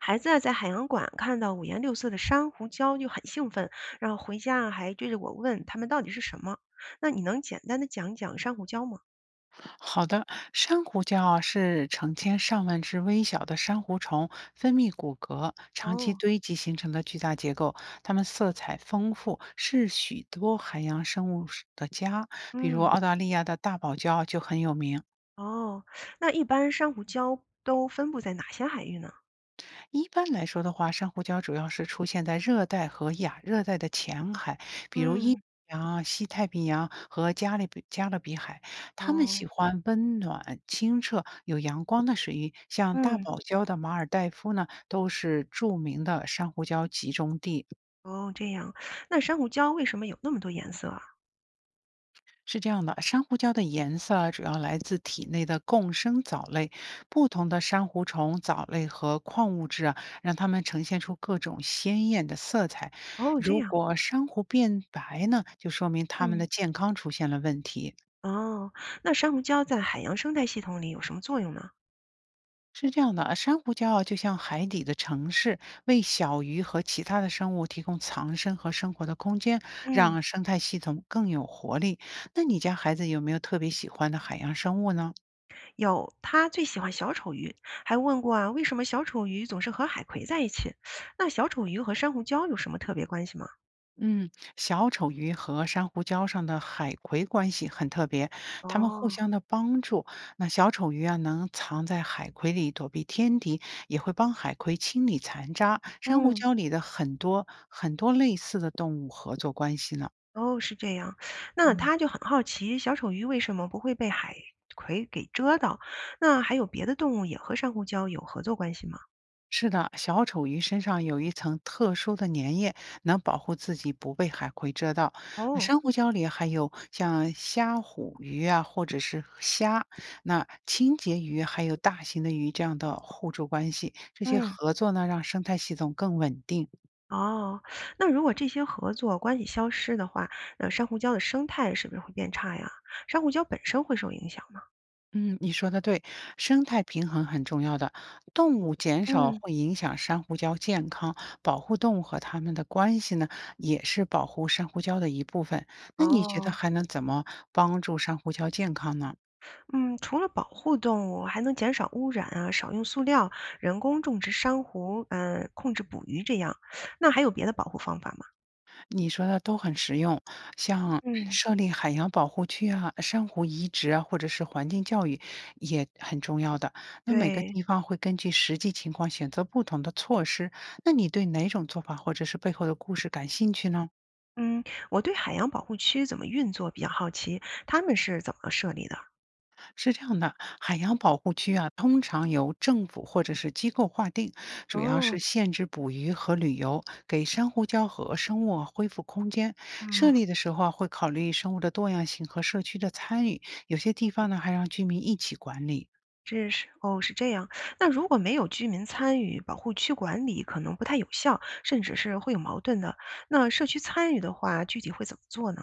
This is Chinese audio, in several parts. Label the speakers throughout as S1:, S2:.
S1: 孩子啊在海洋馆看到五颜六色的珊瑚礁就很兴奋，然后回家啊还追着我问他们到底是什么。那你能简单的讲讲珊瑚礁吗？
S2: 好的，珊瑚礁啊是成千上万只微小的珊瑚虫分泌骨骼长期
S1: 哦。
S2: 堆积形成的巨大结构，它们色彩丰富，是许多海洋生物的家。比如
S1: 嗯。
S2: 澳大利亚的大堡礁就很有名。
S1: 哦，那一般珊瑚礁都分布在哪些海域呢？
S2: 一般来说的话，珊瑚礁主要是出现在热带和亚热带的浅海，比如印
S1: 嗯。
S2: 度洋啊、西太平洋和加利比加勒比海。它们
S1: 哦。
S2: 喜欢温暖、清澈、有阳光的水域，像大
S1: 嗯。
S2: 堡礁的马尔代夫呢，都是著名的珊瑚礁集中地。
S1: 哦，这样。那珊瑚礁为什么有那么多颜色啊？
S2: 是这样的，珊瑚礁的颜色啊主要来自体内的共生藻类，不同的珊瑚虫、藻类和矿物质啊，让它们呈现出各种鲜艳的色彩。
S1: 哦，这
S2: 如
S1: 样。
S2: 果珊瑚变白呢，就说明它们
S1: 嗯。
S2: 的健康出现了问题。
S1: 哦，那珊瑚礁在海洋生态系统里有什么作用呢？
S2: 是这样的，珊瑚礁啊，就像海底的城市，为小鱼和其他的生物提供藏身和生活的空间，
S1: 嗯。
S2: 让生态系统更有活力。那你家孩子有没有特别喜欢的海洋生物呢？
S1: 有，他最喜欢小丑鱼，还问过啊，为什么小丑鱼总是和海葵在一起？那小丑鱼和珊瑚礁有什么特别关系吗？
S2: 嗯，小丑鱼和珊瑚礁上的海葵关系很特别，它们互
S1: 哦。
S2: 相的帮助。那小丑鱼啊，能藏在海葵里躲避天敌，也会帮海葵清理残渣。珊瑚
S1: 嗯。
S2: 礁里的很多类似的动物合作关系呢。
S1: 哦，是这样。那
S2: 嗯。
S1: 他就很好奇，小丑鱼为什么不会被海葵给蛰到？那还有别的动物也和珊瑚礁有合作关系吗？
S2: 是的，小丑鱼身上有一层特殊的粘液，能保护自己不被海葵蛰到。那
S1: 哦。
S2: 珊瑚礁里还有像虾虎鱼啊，或者是虾，那清洁鱼还有大型的鱼这样的互助关系，这些
S1: 嗯。
S2: 合作呢，让生态系统更稳定。
S1: 哦，那如果这些合作关系消失的话，那珊瑚礁的生态是不是会变差呀？珊瑚礁本身会受影响吗？
S2: 嗯，你说的对，生态平衡很重要的。动物减少
S1: 嗯。
S2: 会影响珊瑚礁健康，保护动物和它们的关系呢，也是保护珊瑚礁的一部分。那你觉得
S1: 哦。
S2: 还能怎么帮助珊瑚礁健康呢？
S1: 嗯，除了保护动物，还能减少污染啊，少用塑料，人工种植珊瑚，嗯，控制捕鱼这样。那还有别的保护方法吗？
S2: 你说的都很实用，像
S1: 嗯。
S2: 设立海洋保护区啊、珊瑚移植啊，或者是环境教育也很重要的。那每个
S1: 对。
S2: 地方会根据实际情况选择不同的措施。那你对哪种做法或者是背后的故事感兴趣呢？
S1: 嗯，我对海洋保护区怎么运作比较好奇，他们是怎么设立的？
S2: 是这样的，海洋保护区啊，通常由政府或者是机构划定，主要
S1: 哦。
S2: 是限制捕鱼和旅游，给珊瑚礁和生物啊恢复空间。设
S1: 嗯。
S2: 立的时候啊，会考虑生物的多样性和社区的参与，有些地方呢还让居民一起管理。
S1: 这是，哦，是这样。那如果没有居民参与，保护区管理可能不太有效，甚至是会有矛盾的。那社区参与的话，具体会怎么做呢？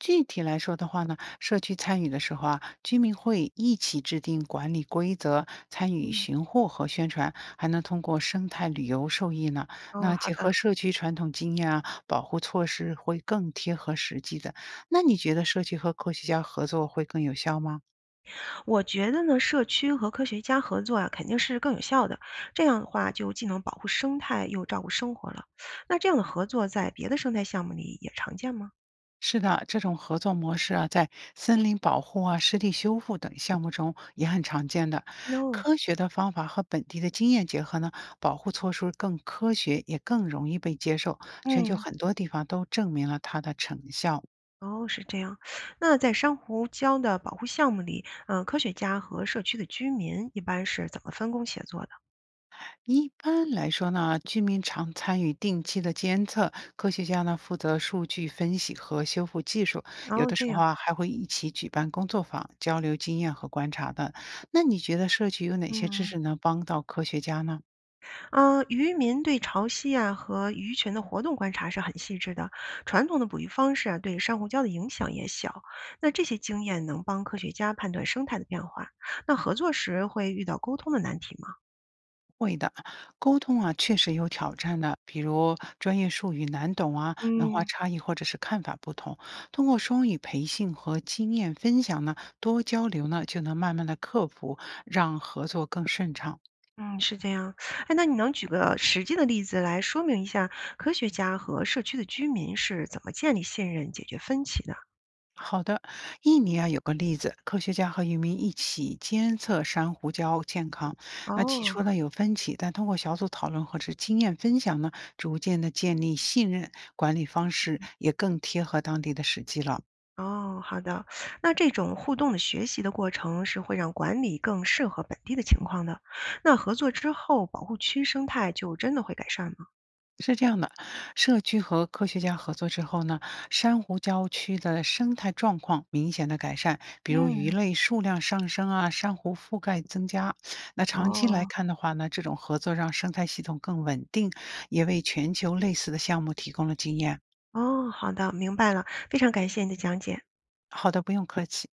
S2: 具体来说的话呢，社区参与的时候啊，居民会一起制定管理规则，参与
S1: 嗯。
S2: 巡护和宣传，还能通过生态旅游受益呢。
S1: 哦，
S2: 那
S1: 好
S2: 结合
S1: 的。
S2: 社区传统经验啊，保护措施会更贴合实际的。那你觉得社区和科学家合作会更有效吗？
S1: 我觉得呢，社区和科学家合作啊，肯定是更有效的。这样的话，就既能保护生态，又照顾生活了。那这样的合作在别的生态项目里也常见吗
S2: 是的，这种合作模式啊，在森林保护啊、湿地修复等项目中也很常见的。
S1: ？No。
S2: 科学的方法和本地的经验结合呢，保护措施更科学，也更容易被接受。全球
S1: 嗯。
S2: 很多地方都证明了它的成效。
S1: 哦，是这样。那在珊瑚礁的保护项目里，嗯、科学家和社区的居民一般是怎么分工协作的？
S2: 一般来说呢，居民常参与定期的监测，科学家呢负责数据分析和修复技术，有
S1: 哦，
S2: 的
S1: 这
S2: 时候
S1: 样。
S2: 啊还会一起举办工作坊，交流经验和观察的。那你觉得社区有哪些知
S1: 嗯。
S2: 识能帮到科学家呢？
S1: 嗯，渔民对潮汐啊和鱼群的活动观察是很细致的。传统的捕鱼方式啊，对珊瑚礁的影响也小。那这些经验能帮科学家判断生态的变化。那合作时会遇到沟通的难题吗？
S2: 会的，沟通啊确实有挑战的，比如专业术语难懂啊，文化
S1: 嗯
S2: 差异或者是看法不同。通过双语培训和经验分享呢，多交流呢，就能慢慢的克服，让合作更顺畅。
S1: 嗯，是这样。哎，那你能举个实际的例子来说明一下科学家和社区的居民是怎么建立信任、解决分歧的？
S2: 好的，印尼啊有个例子，科学家和渔民一起监测珊瑚礁健康。那起
S1: 哦。
S2: 初呢有分歧，但通过小组讨论或者经验分享呢，逐渐的建立信任，管理方式也更贴合当地的实际了。
S1: 哦，好的。那这种互动的学习的过程是会让管理更适合本地的情况的。那合作之后，保护区生态就真的会改善吗？
S2: 是这样的，社区和科学家合作之后呢，珊瑚礁区的生态状况明显的改善，比如鱼
S1: 嗯。
S2: 类数量上升啊，珊瑚覆盖增加。那长期来
S1: 哦。
S2: 看的话呢，这种合作让生态系统更稳定，也为全球类似的项目提供了经验。
S1: 哦，好的，明白了。非常感谢你的讲解。
S2: 好的，不用客气。